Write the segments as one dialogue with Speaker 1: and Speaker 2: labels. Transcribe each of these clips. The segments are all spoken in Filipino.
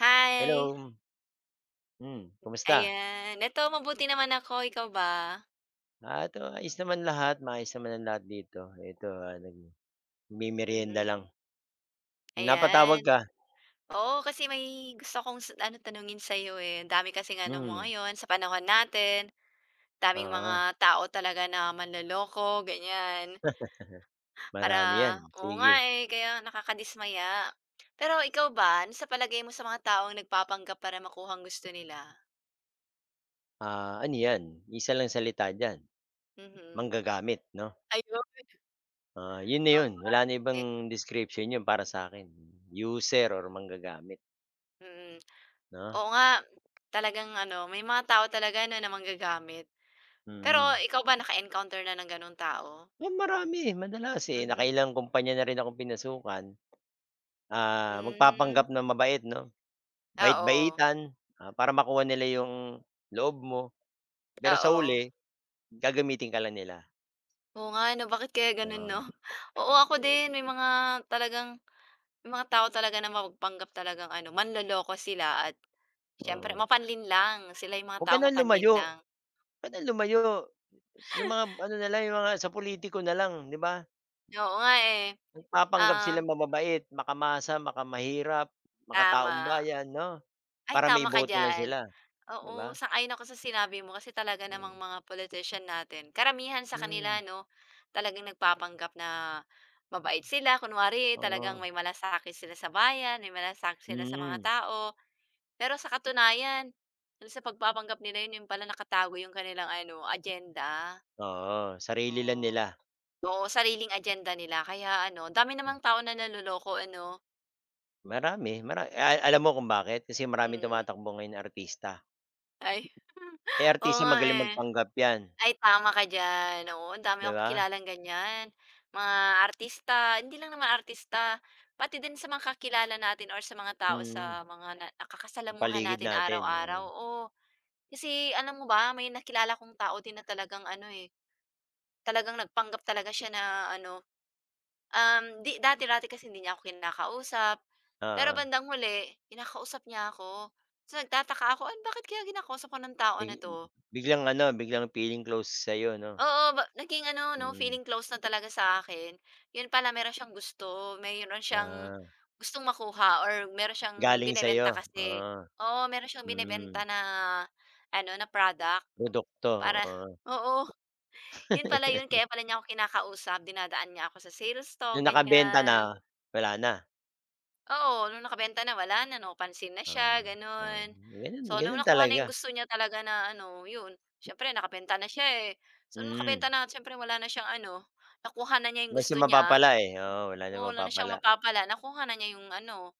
Speaker 1: Hi,
Speaker 2: Hello. Hmm, kumusta?
Speaker 1: ayan. Eto mabuti naman ako, ikaw ba?
Speaker 2: Ah, ito ayos naman lahat, maayos naman ang lahat dito. Ito, nagme
Speaker 1: Mhm,
Speaker 2: lang. Napatawag
Speaker 1: ayan.
Speaker 2: ka?
Speaker 1: Oo, kasi may gusto kong ano tanungin sa'yo, eh. Ang dami kasing ano mo
Speaker 2: Hmm,
Speaker 1: ngayon sa panahon natin, daming
Speaker 2: oo,
Speaker 1: mga tao talaga na manloloko, ganyan. Para
Speaker 2: marami 'yan,
Speaker 1: oo
Speaker 2: sige.
Speaker 1: nga, eh, kaya nakakadismaya. Pero ikaw ba, ano sa palagay mo sa mga taong nagpapanggap para makuha ang gusto nila?
Speaker 2: Ah, ano 'yan, isa lang salita diyan,
Speaker 1: Mhm.
Speaker 2: manggagamit 'no?
Speaker 1: Ayun,
Speaker 2: Ah, 'yun na 'yun, wala na ibang
Speaker 1: okey,
Speaker 2: description 'yun para sa akin, user or manggagamit
Speaker 1: mm.
Speaker 2: 'no?
Speaker 1: Oo nga, talagang ano, may mga tao talaga 'no, na manggagamit. Pero
Speaker 2: Mm.
Speaker 1: ikaw ba naka-encounter na ng gano'ng tao?
Speaker 2: Eh, marami, madalas, eh,
Speaker 1: Mhm.
Speaker 2: nakailang kumpanya na rin akong pinasukan. Ah,
Speaker 1: Hmm,
Speaker 2: magpapanggap na mabait 'no?
Speaker 1: oo,
Speaker 2: Bait-baitan, para makuha nila yung loob mo, pero sa
Speaker 1: oo.
Speaker 2: huli gagamitin ka lang nila.
Speaker 1: Oo nga 'no, bakit kaya gano'n 'no?
Speaker 2: Ah,
Speaker 1: Oo, ako din
Speaker 2: eh,
Speaker 1: may mga talagang may mga tao talaga na mapagpanggap talagang ano, manloloko sila at syempre,
Speaker 2: oo.
Speaker 1: mapanlin lang Sila yung mga
Speaker 2: Huwag ka
Speaker 1: tao
Speaker 2: ng
Speaker 1: mapanlin
Speaker 2: lumayo,
Speaker 1: lang.
Speaker 2: huwag ka ng lumayo sa mga ano na lang, yung mga sa pulitiko na lang, 'di ba?
Speaker 1: Oo nga eh.
Speaker 2: Nagpapanggap
Speaker 1: Ah,
Speaker 2: sila mababait, makamasa, makamahirap, makataong
Speaker 1: tama.
Speaker 2: bayan 'no,
Speaker 1: Ay,
Speaker 2: para may
Speaker 1: tama ka
Speaker 2: boto lang
Speaker 1: diyan.
Speaker 2: sila, 'di
Speaker 1: Oo,
Speaker 2: ba?
Speaker 1: sang-ayon ako sa sinabi mo kasi talaga namang
Speaker 2: Hmm,
Speaker 1: mga politician natin, karamihan sa kanila
Speaker 2: hmm,
Speaker 1: 'no, talagang nagpapanggap na mabait sila. Kunwari talagang
Speaker 2: oo,
Speaker 1: may malasakit sila sa bayan, may malasakit sila sa mga
Speaker 2: mm,
Speaker 1: tao. Pero sa katunayan, dun sa pagpapanggap nila yun, yun pala nakatago yung kanilang ano, agenda.
Speaker 2: oo, sarili lang
Speaker 1: Oo.
Speaker 2: nila.
Speaker 1: Oo, sariling agenda nila kaya ano, dami namang tao na naluloko ano.
Speaker 2: Marami, mara a alam mo kung bakit? Kasi maraming
Speaker 1: Mm.
Speaker 2: tumatakbo ngayon na artista.
Speaker 1: Ay,
Speaker 2: Eh,
Speaker 1: oo
Speaker 2: artista
Speaker 1: nga
Speaker 2: magaling
Speaker 1: eh.
Speaker 2: magpanggap 'yan,
Speaker 1: Ay, tama ka diyan. Oo, ang dami
Speaker 2: 'di
Speaker 1: akong
Speaker 2: ba?
Speaker 1: kilalang ganyan. Mga artista, hindi lang naman artista, pati din sa mga kakilala natin or sa mga tao
Speaker 2: Mm,
Speaker 1: sa mga na
Speaker 2: sa
Speaker 1: nakakasalamuha
Speaker 2: paligid
Speaker 1: natin
Speaker 2: natin, oo.
Speaker 1: araw-araw, oo. Kasi alam mo ba, may nakilala kong tao din na talagang ano, eh, talagang nagpanggap talaga siya na ano, 'di dati-dati kasi hindi niya ako kinakausap, pero
Speaker 2: Oo,
Speaker 1: bandang huli kinakausap niya ako. So, nagtataka ako, "An bakit kaya kinakausap ako ng tao
Speaker 2: big
Speaker 1: na 'to?"
Speaker 2: biglang feeling close sa'yo 'no?
Speaker 1: Oo, ba naging ano 'no,
Speaker 2: Mm,
Speaker 1: feeling close na talaga sa akin. 'Yun pala meron siyang gusto, mayroon siyang
Speaker 2: ah,
Speaker 1: gustong makuha or meron siyang
Speaker 2: galing sa'yo,
Speaker 1: binebenta kasi.
Speaker 2: oo,
Speaker 1: Oo, meron siyang
Speaker 2: mm,
Speaker 1: binebenta na ano, na product.
Speaker 2: produkto,
Speaker 1: Para
Speaker 2: oo.
Speaker 1: oo, 'yun pala 'yun kaya pala niya ako kinakausap, dinadaan niya ako sa sales to
Speaker 2: Nung nakabenta na,
Speaker 1: ganiyan.
Speaker 2: wala na?
Speaker 1: Oo, nung nakabenta na wala na, no? Pansin na
Speaker 2: Ah,
Speaker 1: siya
Speaker 2: um,
Speaker 1: gano'n.
Speaker 2: gano'n
Speaker 1: So, nung
Speaker 2: gano'n
Speaker 1: nakuha na
Speaker 2: talaga,
Speaker 1: yung gusto niya talaga na ano, yun, siyempre nakabenta na siya, eh. So, nung nakabenta
Speaker 2: mm.
Speaker 1: na siyempre wala na siyang ano, nakuha na niya yung
Speaker 2: Wala siyang
Speaker 1: gusto niya.
Speaker 2: mapapala, eh, oo, wala nang
Speaker 1: Oo, wala na siyang
Speaker 2: mapapala,
Speaker 1: mapapala, nakuha na niya yung ano,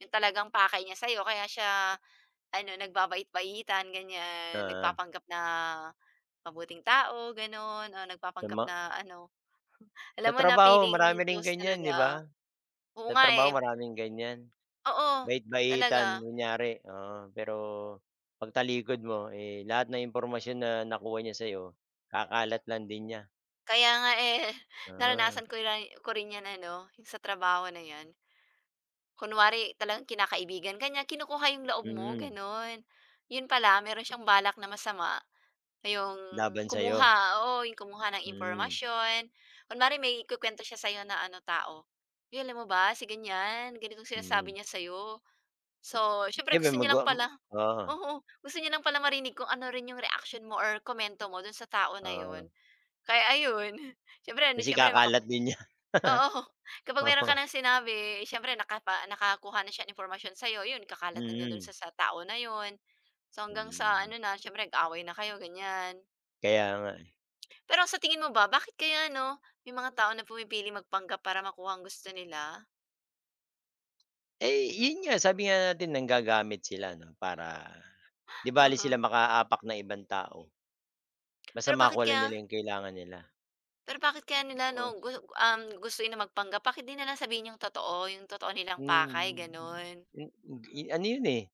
Speaker 1: yung talagang pakay niya sa'yo kaya siya ano, nagbabait-baitan ganyan,
Speaker 2: oo.
Speaker 1: nagpapanggap na mabuting tao gano'n, o
Speaker 2: Sa
Speaker 1: nagpapanggap
Speaker 2: ma
Speaker 1: na ano,
Speaker 2: sa
Speaker 1: alam mo na
Speaker 2: trabaho
Speaker 1: feeling
Speaker 2: marami ring
Speaker 1: close
Speaker 2: ganiyan, 'di ba?
Speaker 1: talaga. Oo
Speaker 2: Sa
Speaker 1: nga,
Speaker 2: trabaho
Speaker 1: eh.
Speaker 2: maraming ganiyan.
Speaker 1: Oo, talaga.
Speaker 2: Bait-baitan kunyari, oo. Pero 'pag mo, eh, lahat ng impormasyon na nakuha niya sa'yo kakalat lang din niya.
Speaker 1: Kaya nga, eh,
Speaker 2: Ah,
Speaker 1: naranasan ko rin 'yan ano, yung sa trabaho na 'yan. Kunwari talagang kinakaibigan kanya niya, kinukuha yung loob mo,
Speaker 2: mm.
Speaker 1: gano'n. 'Yun pala meron siyang balak na masama, yung
Speaker 2: Laban sa'yo.
Speaker 1: kumuha, oo, yung kumuha ng
Speaker 2: Mm,
Speaker 1: impormasyon. Kunwari may ikukuwento siya sa'yo na ano, tao, "Uy, alam mo ba si ganyan, ganitong sinasabi
Speaker 2: mm.
Speaker 1: niya sa'yo." So, siyempre
Speaker 2: Siyempre
Speaker 1: gusto
Speaker 2: mag
Speaker 1: niya
Speaker 2: o
Speaker 1: lang pala.
Speaker 2: oo,
Speaker 1: Oo, gusto niya lang pala marinig kung ano rin yung reaction mo or komento mo do'n sa tao na 'yun.
Speaker 2: oo.
Speaker 1: Kaya ayun, siyempre ano
Speaker 2: Kasi
Speaker 1: siyempre
Speaker 2: kakalat
Speaker 1: makapa
Speaker 2: din niya.
Speaker 1: oo, kapag meron ka
Speaker 2: Oo.
Speaker 1: ng sinabi siyempre nakapa nakakuha na siya ng impormasyon sa'yo, yun kakalat na niya dun
Speaker 2: Mm,
Speaker 1: sa tao na yun. So, hanggang sa
Speaker 2: mm.
Speaker 1: ano na siyempre nag-away na kayo ganyan.
Speaker 2: Kaya nga, eh.
Speaker 1: Pero sa tingin mo ba bakit kaya ano, may mga tao na pumipili magpanggap para makuha ang gusto nila?
Speaker 2: Eh, yun nga sabi nga natin nanggagamit sila 'no para 'di bale
Speaker 1: Mhm,
Speaker 2: sila makaapak ng ibang tao. Basta
Speaker 1: pero bakit
Speaker 2: makuha lang nila
Speaker 1: kaya
Speaker 2: yung kailangan nila.
Speaker 1: pero bakit kaya nila 'no gusto nila magpanggap bakit di na lang sabihin yung totoo nilang pakay
Speaker 2: Mm,
Speaker 1: gano'n?
Speaker 2: hmm, ano yun, eh,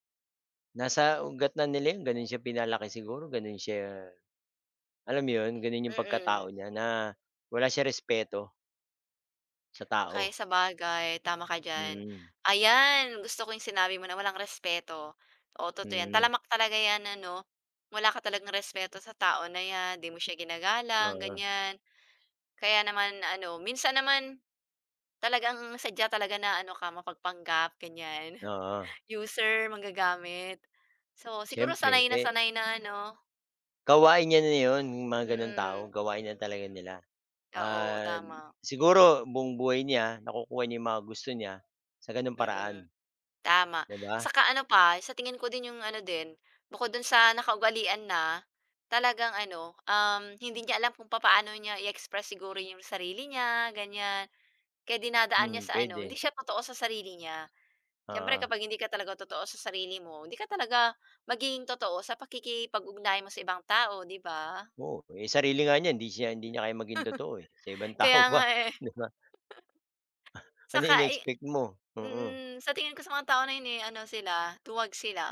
Speaker 2: nasa ugat na nila yun ganun siya pinalaki siguro, ganun siya alam mo yun, ganun yung pagkatao
Speaker 1: Mm.
Speaker 2: niya na wala siya respeto sa
Speaker 1: Kay
Speaker 2: tao.
Speaker 1: sabagay, tama ka diyan.
Speaker 2: Mm,
Speaker 1: Ayan, gusto ko yung sinabi mo na walang respeto. Oo, totoo yan.
Speaker 2: mm,
Speaker 1: Talamak talaga yan ano, wala ka talagang respeto sa tao na yan, 'di mo siya ginagalang,
Speaker 2: oo,
Speaker 1: ganyan. Kaya naman ano, minsan naman talagang sadya talaga na ano ka, mapagpanggap, ganyan.
Speaker 2: oo,
Speaker 1: User, manggagamit. So, siguro
Speaker 2: siyempre, eh,
Speaker 1: sanay na ano
Speaker 2: gawain niya na yun yung mga gano'ng tao,
Speaker 1: mm.
Speaker 2: gawain na talaga nila.
Speaker 1: Oo,
Speaker 2: Ah,
Speaker 1: tama.
Speaker 2: siguro buong buhay niya nakukuha niya yung mga gusto niya sa gano'ng paraan,
Speaker 1: Mm. Tama.
Speaker 2: 'di ba?
Speaker 1: Saka ano pa, sa tingin ko din yung ano din, bukod dun sa nakaugalian na, talagang ano, hindi niya alam kung papaano niya i-express siguro yung sarili niya, ganyan. Kaya dinadaan niya
Speaker 2: Mm,
Speaker 1: sa ano,
Speaker 2: puwede,
Speaker 1: hindi siya totoo sa sarili niya. Siyempre
Speaker 2: oo.
Speaker 1: kapag hindi ka talaga totoo sa sarili mo, hindi ka talaga magiging totoo sa pakikipag-ugnayan mo sa ibang tao, di ba?
Speaker 2: Oo, eh, sarili nga niya hindi niya kayang maging totoo, eh, sa ibang tao
Speaker 1: Kaya nga
Speaker 2: ba,
Speaker 1: eh.
Speaker 2: 'di ba? Ano
Speaker 1: Saka i
Speaker 2: ini-expect mo? Mm,
Speaker 1: mm, sa tingin ko sa mga tao na yun, eh, ano sila, tuwag sila.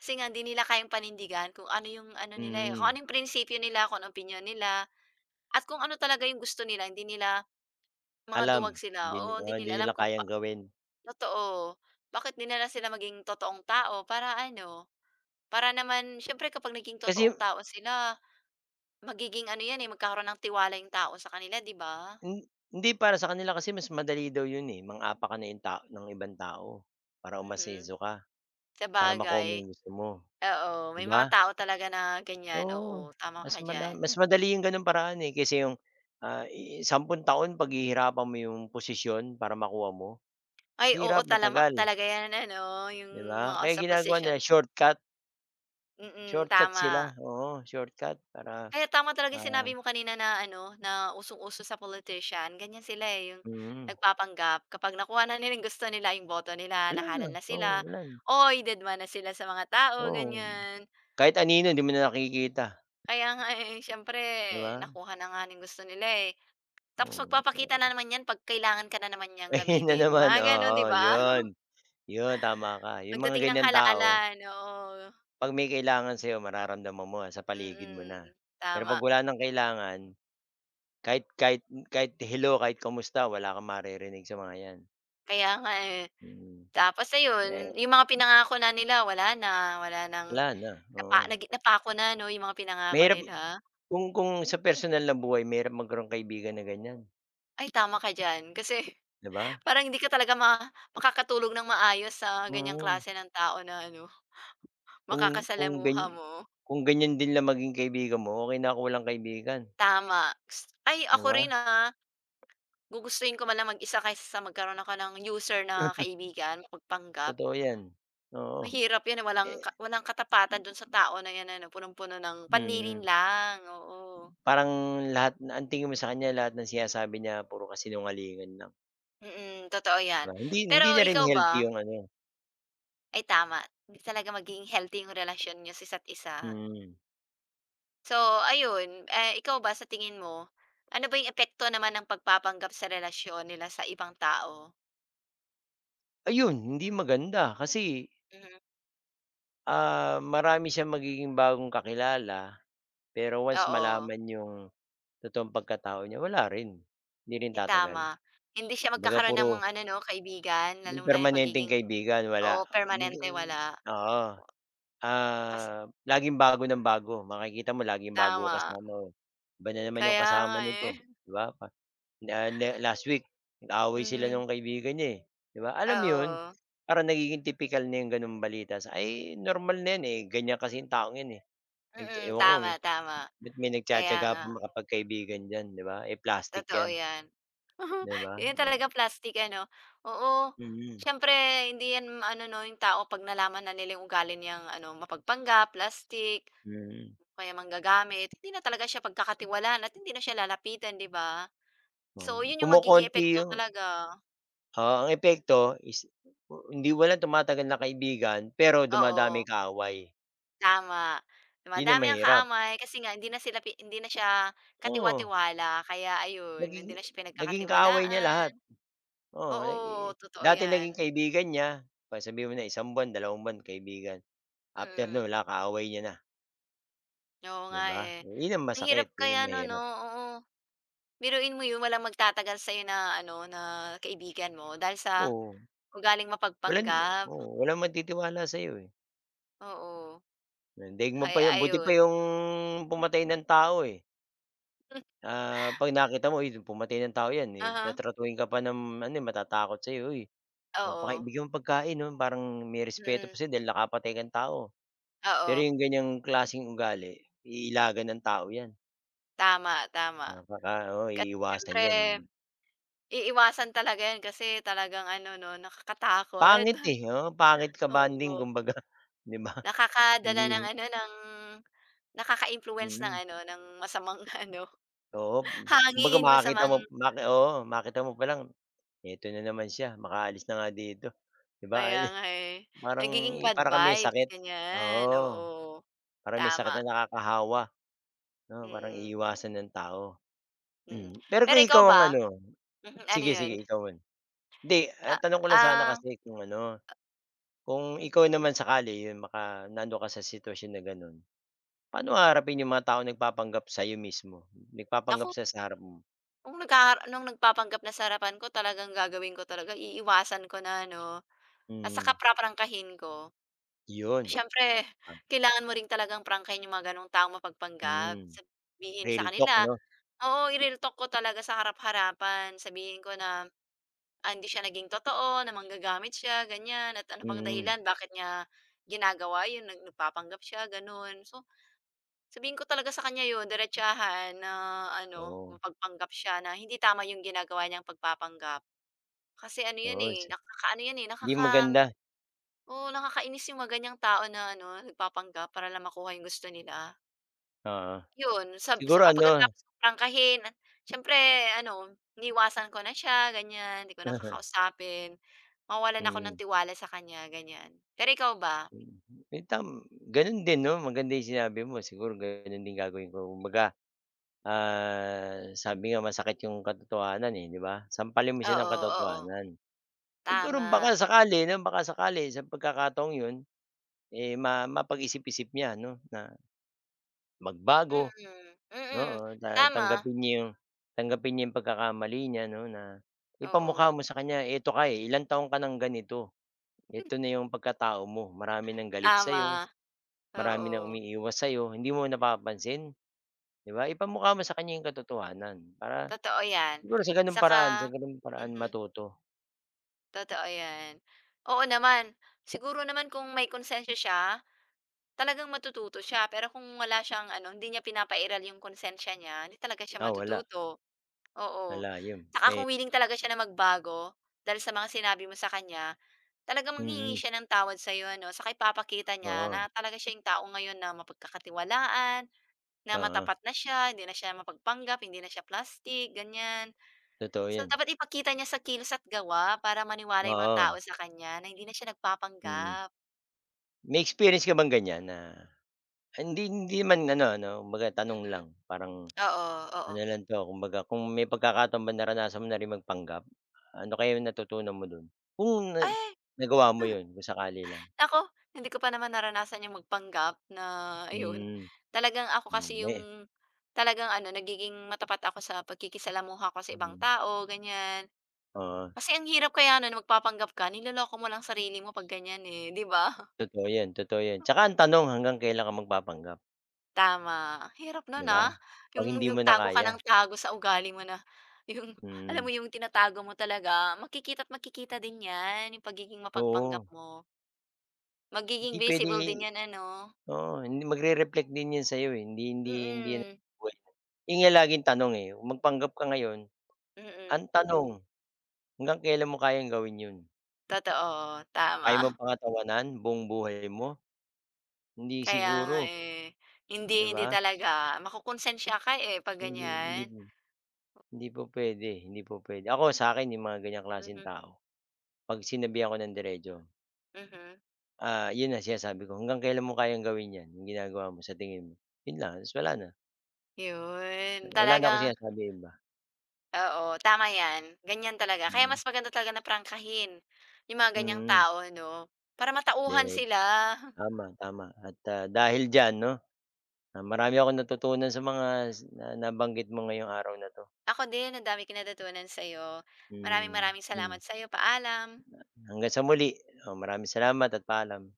Speaker 1: Kasi nga hindi nila kayang panindigan kung ano yung ano nila, eh, kung
Speaker 2: mm.
Speaker 1: ano yung prinsipyo nila, kung anong opinyon nila, at kung ano talaga yung gusto nila. Hindi nila mga
Speaker 2: Alam,
Speaker 1: duwag sila,
Speaker 2: hindi ni
Speaker 1: oo, hindi
Speaker 2: oo, hindi
Speaker 1: nila alam
Speaker 2: nila
Speaker 1: kung pa
Speaker 2: kayang gawin.
Speaker 1: totoo. Bakit di na sila maging totoong tao para ano, para naman siyempre kapag naging
Speaker 2: Kasi
Speaker 1: totoong tao sila, magiging ano yan, eh, magkakaroon ng tiwala yung tao sa kanila, 'di ba?
Speaker 2: hin hindi para sa kanila kasi mas madali daw yun, eh, mang-apa ka ng ibang tao para
Speaker 1: Mhm,
Speaker 2: umasenso ka,
Speaker 1: Sa
Speaker 2: para makuha
Speaker 1: bagay.
Speaker 2: mo yung gusto mo,
Speaker 1: Oo,
Speaker 2: 'di
Speaker 1: may
Speaker 2: ba?
Speaker 1: mga tao talaga na ganyan, oo,
Speaker 2: Oo,
Speaker 1: tama
Speaker 2: mas
Speaker 1: ka
Speaker 2: mada
Speaker 1: diyan.
Speaker 2: mas madali yung gano'ng paraan, eh, kaysa yung, ah, 10 taon paghihirapan mo yung posisyon para makuha mo,
Speaker 1: Ay, oo,
Speaker 2: hirap,
Speaker 1: talamak
Speaker 2: matagal,
Speaker 1: talaga 'yan ano, yung
Speaker 2: 'di ba?
Speaker 1: mga
Speaker 2: Kaya
Speaker 1: sa
Speaker 2: ginagawa
Speaker 1: posisyon
Speaker 2: nila shortcut.
Speaker 1: mm,
Speaker 2: Shortcut sila,
Speaker 1: tama.
Speaker 2: oo, shortcut para,
Speaker 1: Kaya tama talaga yung
Speaker 2: ah
Speaker 1: sinabi mo kanina na ano, na usong-uso sa politician, ganyan sila, eh, yung
Speaker 2: mm.
Speaker 1: nagpapanggap kapag nakuha na nila yung gusto nila, yung boto nila,
Speaker 2: Wala na,
Speaker 1: nahalal na
Speaker 2: oo,
Speaker 1: sila,
Speaker 2: wala na,
Speaker 1: oy, dedma na sila sa mga tao,
Speaker 2: oo.
Speaker 1: ganyan.
Speaker 2: Kahit anino hindi mo na nakikita,
Speaker 1: Kaya nga, eh, siyempre
Speaker 2: 'di ba?
Speaker 1: nakuha na nga yung gusto nila, eh, tapos
Speaker 2: Oo,
Speaker 1: magpapakita na naman 'yan 'pag kailangan ka na naman niyang
Speaker 2: ayun na
Speaker 1: gamitin,
Speaker 2: naman,
Speaker 1: mga gano'n, 'di
Speaker 2: oo,
Speaker 1: ba?
Speaker 2: yun, yun tama ka. Yung mga
Speaker 1: Pagdating ng
Speaker 2: ganyan tao
Speaker 1: halalan, oo.
Speaker 2: 'pag may kailangan sa'yo mararamdaman mo sa paligid mo na.
Speaker 1: Mm,
Speaker 2: Pero 'pag
Speaker 1: tama.
Speaker 2: wala ng kailangan, kahit kahit kahit hello, kahit kamusta, wala kang maririnig sa mga 'yan,
Speaker 1: Kaya nga, eh.
Speaker 2: mm.
Speaker 1: Tapos
Speaker 2: Eh,
Speaker 1: ayun, yung mga pinangako na nila wala na, wala ng
Speaker 2: wala na,
Speaker 1: napa
Speaker 2: oo.
Speaker 1: nagi napako na 'no, yung mga pinangako
Speaker 2: Mahirap
Speaker 1: nila.
Speaker 2: kung sa personal na buhay mahirap magkaroon kaibigan na ganyan.
Speaker 1: Ay tama ka diyan, kasi
Speaker 2: 'Di ba?
Speaker 1: parang hindi ka talaga ma makakatulog ng maayos sa ganyang
Speaker 2: Mm,
Speaker 1: klase ng tao na ano,
Speaker 2: kung
Speaker 1: makakasalamuha
Speaker 2: ganyan
Speaker 1: mo.
Speaker 2: din lang maging kaibigan mo, okey na ako walang kaibigan,
Speaker 1: Tama. Gus ay
Speaker 2: 'di
Speaker 1: ako
Speaker 2: ba?
Speaker 1: rin, ah, gugustuhin ko man lang mag-isa kaysa sa magkaroon ako ng user na kaibigan, mapagpanggap.
Speaker 2: Totoo 'yan, oo.
Speaker 1: Mahirap 'yan, eh, walang
Speaker 2: Eh
Speaker 1: ka walang katapatan dun sa tao na 'yan ano, punong-puno ng
Speaker 2: mm,
Speaker 1: panlilin lang, oo.
Speaker 2: parang lahat na ang tingin mo sa kanya lahat ng sinasabi niya puro kasinungalingan lang,
Speaker 1: Mm, totoo
Speaker 2: 'di
Speaker 1: 'yan.
Speaker 2: ba? Hindi
Speaker 1: Pero
Speaker 2: hindi na rin
Speaker 1: ikaw ba,
Speaker 2: healthy yung ano
Speaker 1: ay tama, hindi talaga magiging healthy yung relasyon niyo sa isa't isa.
Speaker 2: mm.
Speaker 1: So ayun, eh, ikaw ba sa tingin mo, ano ba yung epekto naman ng pagpapanggap sa relasyon nila sa ibang tao?
Speaker 2: Ayun, hindi maganda kasi,
Speaker 1: Mhm,
Speaker 2: marami siyang magiging bagong kakilala, pero once
Speaker 1: oo,
Speaker 2: malaman yung totoong pagkatao niya, wala rin, hindi rin
Speaker 1: ay
Speaker 2: tatagal.
Speaker 1: tama. Hindi siya
Speaker 2: Kumbaga
Speaker 1: magkakaroon
Speaker 2: puro.
Speaker 1: ng mga ano 'no, kaibigan,
Speaker 2: Yung
Speaker 1: lalong lang yung
Speaker 2: permanenteng
Speaker 1: pagiging
Speaker 2: kaibigan wala.
Speaker 1: oo,
Speaker 2: Maging
Speaker 1: permanente wala.
Speaker 2: oo,
Speaker 1: Kas
Speaker 2: ah, laging bago ng bago, makikita mo laging bago ang
Speaker 1: tama,
Speaker 2: kasama mo. Iba na naman yung
Speaker 1: kaya
Speaker 2: kasama
Speaker 1: nga,
Speaker 2: nito,
Speaker 1: eh.
Speaker 2: 'di ba? Pa na la Last week nag-away sila
Speaker 1: Mhm,
Speaker 2: ng kaibigan niya, eh, 'di ba? Alam mo yun?
Speaker 1: oo.
Speaker 2: Parang nagiging tipikal na yung gano'ng balita sa ay normal na yan, eh, ganyan kasi yung taong yan, eh.
Speaker 1: Mm,
Speaker 2: Ewan ko
Speaker 1: tama, tama.
Speaker 2: ba't may
Speaker 1: Kaya
Speaker 2: nagtiyatiyaga
Speaker 1: nga,
Speaker 2: pa makapagkaibigan diyan, 'di ba? Eh, plastic
Speaker 1: totoo
Speaker 2: yan,
Speaker 1: 'yan.
Speaker 2: 'di ba?
Speaker 1: Yun
Speaker 2: Oo,
Speaker 1: talaga plastic ano, oo.
Speaker 2: mm,
Speaker 1: Siyempre hindi 'yan ano 'no, yung tao 'pag nalaman na nila yung ugali niyang ano, mapagpanggap, plastic,
Speaker 2: mm.
Speaker 1: kaya manggagamit, hindi na talaga siya pagkakatiwalaan at hindi na siya lalapitan, 'di ba?
Speaker 2: Oo,
Speaker 1: So, yun yung magiging
Speaker 2: kumokonti
Speaker 1: epekto talaga,
Speaker 2: oo, ang epekto is hindi walang tumatagal na kaibigan, pero dumadami
Speaker 1: oo.
Speaker 2: kaaway.
Speaker 1: Tama,
Speaker 2: 'Yun ang
Speaker 1: madami ang
Speaker 2: mahirap.
Speaker 1: kaamay kasi nga hindi na siya
Speaker 2: Oo,
Speaker 1: katiwa-tiwala kaya ayun,
Speaker 2: naging
Speaker 1: hindi na siya
Speaker 2: naging kaaway niya
Speaker 1: pinagkakatiwalaan.
Speaker 2: lahat. Oo,
Speaker 1: Oo, totoo
Speaker 2: dati
Speaker 1: 'yan,
Speaker 2: naging kaibigan niya, pa sabihin mo na isang buwan, 2 buwan kaibigan, after
Speaker 1: mm.
Speaker 2: nun wala, kaaway niya na,
Speaker 1: Oo
Speaker 2: 'di
Speaker 1: nga,
Speaker 2: ba?
Speaker 1: eh.
Speaker 2: 'Yun ang
Speaker 1: Ang
Speaker 2: masakit,
Speaker 1: hirap
Speaker 2: 'yun ang
Speaker 1: kaya nun 'no,
Speaker 2: mahirap.
Speaker 1: oo. Biruin mo yun walang magtatagal sa'yo na ano, na kaibigan mo dahil sa
Speaker 2: Oo,
Speaker 1: ugaling
Speaker 2: walang
Speaker 1: mapagpanggap,
Speaker 2: walang magtitiwala sa'yo, eh,
Speaker 1: oo.
Speaker 2: daigmam pa
Speaker 1: Kaya
Speaker 2: 'yun, buti pa
Speaker 1: ayun.
Speaker 2: 'yung pumatay ng tao, eh. Ah, 'pag nakita mo, "Uy, pumatay ng tao 'yan, eh."
Speaker 1: aha
Speaker 2: Tatratuhin ka pa ng ano, eh, matatakot sa'yo, "Uy,
Speaker 1: huh
Speaker 2: oh, paki
Speaker 1: oo,
Speaker 2: bigyan mo pagkain, oh." Parang may respeto pa
Speaker 1: mm.
Speaker 2: sa'yo dahil nakapatay kang tao. Pero
Speaker 1: Oo,
Speaker 2: yung ganyang klaseng ugali, iilagan ng tao 'yan.
Speaker 1: tama, tama.
Speaker 2: Oo,
Speaker 1: Kasi
Speaker 2: iiwasan
Speaker 1: siyempre
Speaker 2: 'yan.
Speaker 1: Iiwasan talaga yun kasi talagang ano 'no, nakakatakot.
Speaker 2: Pangit, eh, oo, pangit ka-bonding
Speaker 1: Oo,
Speaker 2: kumbaga, 'di ba?
Speaker 1: nakakadala
Speaker 2: Hindi
Speaker 1: ng ano, ng nakaka-impluwens ng
Speaker 2: mm,
Speaker 1: ano, ng masamang ano,
Speaker 2: oo. Kumbaga
Speaker 1: hangin,
Speaker 2: makakita
Speaker 1: masamang
Speaker 2: mo maki oo, makita mo pa lang, "Eto na naman siya, makaalis na nga dito." 'Di ba?
Speaker 1: kaya
Speaker 2: Ay,
Speaker 1: nga eh,
Speaker 2: parang
Speaker 1: nagiging
Speaker 2: eh,
Speaker 1: bad
Speaker 2: para kang may
Speaker 1: vibes,
Speaker 2: sakit.
Speaker 1: ganyan.
Speaker 2: Oo.
Speaker 1: Oo,
Speaker 2: Parang may sakit
Speaker 1: tama,
Speaker 2: na nakakahawa 'no, parang
Speaker 1: mm,
Speaker 2: iiwasan ng tao.
Speaker 1: mm.
Speaker 2: Hmm, pero
Speaker 1: Pero
Speaker 2: kung
Speaker 1: ikaw
Speaker 2: ikaw ang
Speaker 1: ba?
Speaker 2: ano
Speaker 1: Mhm, ano
Speaker 2: sige,
Speaker 1: 'yun?
Speaker 2: sige ikaw muna. Hindi,
Speaker 1: Ah
Speaker 2: tanong ko lang sana
Speaker 1: ah,
Speaker 2: kasi kung ano, kung ikaw
Speaker 1: mhm.
Speaker 2: naman sakali yun naano ka sa sitwasyon na gano'n, paano haharapin yung mga taong nagpapanggap sa'yo mismo? Nagpapanggap
Speaker 1: Naku,
Speaker 2: sila sa harap mo?
Speaker 1: nung nagpapanggap na sa harapan ko talagang gagawin ko talaga, iiwasan ko na 'no, at saka
Speaker 2: Mm,
Speaker 1: paprangkahin ko.
Speaker 2: yun.
Speaker 1: Siyempre,
Speaker 2: Ah,
Speaker 1: kailangan mo rin talagang prangkahin yung mga gano'ng taong mapagpanggap.
Speaker 2: mm,
Speaker 1: Sabihin sa
Speaker 2: real talk
Speaker 1: kanila
Speaker 2: 'no?
Speaker 1: oo, i-real talk ko talaga sa harap-harapan. Sabihin ko na, ah, hindi siya naging totoo, na manggagamit siya, ganyan, at ano bang
Speaker 2: Mm,
Speaker 1: dahilan bakit niya ginagawa yun, nagpapanggap siya, gano'n. So, sabihin ko talaga sa kanya yun, diretsahan na ano,
Speaker 2: oo,
Speaker 1: mapagpanggap siya na hindi tama yung ginagawa niyang pagpapanggap. Kasi ano yan,
Speaker 2: oo,
Speaker 1: eh, nakakaano yan, eh,
Speaker 2: hindi
Speaker 1: nakaka
Speaker 2: maganda,
Speaker 1: Oo, nakakainis yung mga ganiyang tao na ano, nagpapanggap para lang makuha yung gusto nila.
Speaker 2: oo.
Speaker 1: Yun, sab sa
Speaker 2: Siguro ano
Speaker 1: pagkatapos kong prangkahin, siyempre ano, iniwasan ko na siya ganiyan, hindi ko na kakausapin, nawawalan ako ng
Speaker 2: mm.
Speaker 1: tiwala sa kanya ganyan. Pero ikaw ba?
Speaker 2: Mm, eh, gano'n din 'no, maganda yung sinabi mo siguro gano'n din gagawin ko. Kumbaga, sabi nga masakit yung katotohanan, eh, 'di ba? Sampalin mo siya ng
Speaker 1: Oo, oo,
Speaker 2: katotohanan. Siguro
Speaker 1: tama.
Speaker 2: baka sakali 'no, baka sakali sa pagkakataong yun, eh, mapag-isip-isip niya 'no, na magbago
Speaker 1: Mm,
Speaker 2: 'no,
Speaker 1: mm,
Speaker 2: o
Speaker 1: tama,
Speaker 2: tanggapin niya yung pagkakamali niya 'no, na ipamukha
Speaker 1: oo,
Speaker 2: mo sa kanya, "Eto ka, eh, ilang taon ka ng ganito, eto na yung pagkatao mo, marami ng galit sa'yo."
Speaker 1: tama,
Speaker 2: Marami nang
Speaker 1: oo,
Speaker 2: umiiwas sa'yo, hindi mo napapansin, 'di ba? Ipamukha mo sa kanya yung katotohanan para
Speaker 1: totoo 'yan.
Speaker 2: siguro
Speaker 1: Saka
Speaker 2: sa gano'ng paraan
Speaker 1: mhm,
Speaker 2: matuto.
Speaker 1: totoo 'yan. Oo naman, siguro naman kung may konsensiya siya Talagang matututo siya, pero kung wala siyang ano, hindi niya pinapairal yung konsensya niya, hindi talaga siya
Speaker 2: Ah, wala,
Speaker 1: matututo, oo.
Speaker 2: wala 'yun.
Speaker 1: Tsaka kung willing talaga siya na magbago, dahil sa mga sinabi mo sa kanya, talagang manghihingi
Speaker 2: Mm,
Speaker 1: siya ng tawad sa'yo ano, saka ipapakita niya
Speaker 2: oo,
Speaker 1: na talaga siya yung tao ngayon na mapagkakatiwalaan, na
Speaker 2: oo,
Speaker 1: matapat na siya, hindi na siya mapagpanggap, hindi na siya plastic, ganyan.
Speaker 2: totoo
Speaker 1: So,
Speaker 2: 'yun.
Speaker 1: dapat ipakita niya sa kilos at gawa para maniwala yung mga
Speaker 2: Oo,
Speaker 1: tao sa kanya na hindi na siya
Speaker 2: mm.
Speaker 1: nagpapanggap.
Speaker 2: May experience ka bang ganiyan na hindi hindi naman ano 'no, kumbaga tanong
Speaker 1: Mhm.
Speaker 2: lang, parang
Speaker 1: Oo, oo.
Speaker 2: ano lang 'to, kumbaga kung may pagkakataon ba naranasan mo na rin magpanggap? Ano kaya yung natutunan mo dun? Kung
Speaker 1: Ay!
Speaker 2: nagawa mo 'yun kung sakali lang?
Speaker 1: Ako hindi ko pa naman naranasan yung magpanggap na ayun.
Speaker 2: Hmm,
Speaker 1: Talagang ako kasi
Speaker 2: may
Speaker 1: yung talagang ano, nagiging matapat ako sa pagkikisalamuha ko sa ibang
Speaker 2: mm.
Speaker 1: tao, ganyan.
Speaker 2: Oo,
Speaker 1: Kasi ang hirap kaya nun magpapanggap ka, niloloko mo lang sarili mo 'pag ganyan, eh, 'di ba?
Speaker 2: totoo 'yan, totoo 'yan. Tsaka ang tanong hanggang kailan ka magpapanggap,
Speaker 1: Tama, hirap
Speaker 2: 'di
Speaker 1: nun,
Speaker 2: ba?
Speaker 1: ah,
Speaker 2: 'Pag
Speaker 1: yung
Speaker 2: hindi mo na
Speaker 1: nagtago ka
Speaker 2: kaya,
Speaker 1: ng tago sa ugali mo na yung alam
Speaker 2: mm,
Speaker 1: mo yung tinatago mo talaga, makikita't makikita din 'yan, yung pagiging mapagpanggap
Speaker 2: oo.
Speaker 1: mo. Magiging
Speaker 2: Hindi puwede
Speaker 1: visible din 'yan ano,
Speaker 2: oo, hindi magre-reflect din 'yan sa'yo, eh, hindi hindi hindi 'yan ang
Speaker 1: mm
Speaker 2: buhay. 'Yun nga laging tanong, eh, kung magpanggap ka ngayon,
Speaker 1: mm, mm.
Speaker 2: ang tanong hanggang kailan mo kayang gawin 'yun?
Speaker 1: Totoo,
Speaker 2: Kaya mo
Speaker 1: tama.
Speaker 2: pangatawanan buong buhay mo? Hindi
Speaker 1: Kaya
Speaker 2: siguro,
Speaker 1: nga, eh, hindi
Speaker 2: 'di
Speaker 1: hindi
Speaker 2: ba?
Speaker 1: talaga makokonsensya ka, eh, 'pag
Speaker 2: Hindi hindi
Speaker 1: ganyan.
Speaker 2: hindi po puwede, hindi po puwede. Ako sa akin yung mga ganyang klaseng
Speaker 1: Mhm,
Speaker 2: tao, 'pag sinabihan ko ng diretso.
Speaker 1: mhm,
Speaker 2: Ah, yun ang sinasabi ko, hanggang kailan mo kayang gawin 'yan, yung ginagawa mo sa tingin mo? Yun lang, ta's wala na.
Speaker 1: yun
Speaker 2: Wala na akong
Speaker 1: talagang
Speaker 2: sinasabi iba.
Speaker 1: oo, tama yan, ganyan talaga. Kaya
Speaker 2: Mm,
Speaker 1: mas maganda talaga na prangkahin yung mga ganyang
Speaker 2: mm,
Speaker 1: tao 'no, para matauhan
Speaker 2: direct.
Speaker 1: sila.
Speaker 2: Tama, tama at, dahil diyan 'no, marami akong natutunan sa mga na nabanggit mo ngayong araw na 'to.
Speaker 1: Ako din ang dami ko natutunan sa'yo. Maraming
Speaker 2: Hmm,
Speaker 1: maraming
Speaker 2: hmm.
Speaker 1: salamat sa'yo, paalam.
Speaker 2: Hanggang sa muli, oh, maraming salamat at paalam.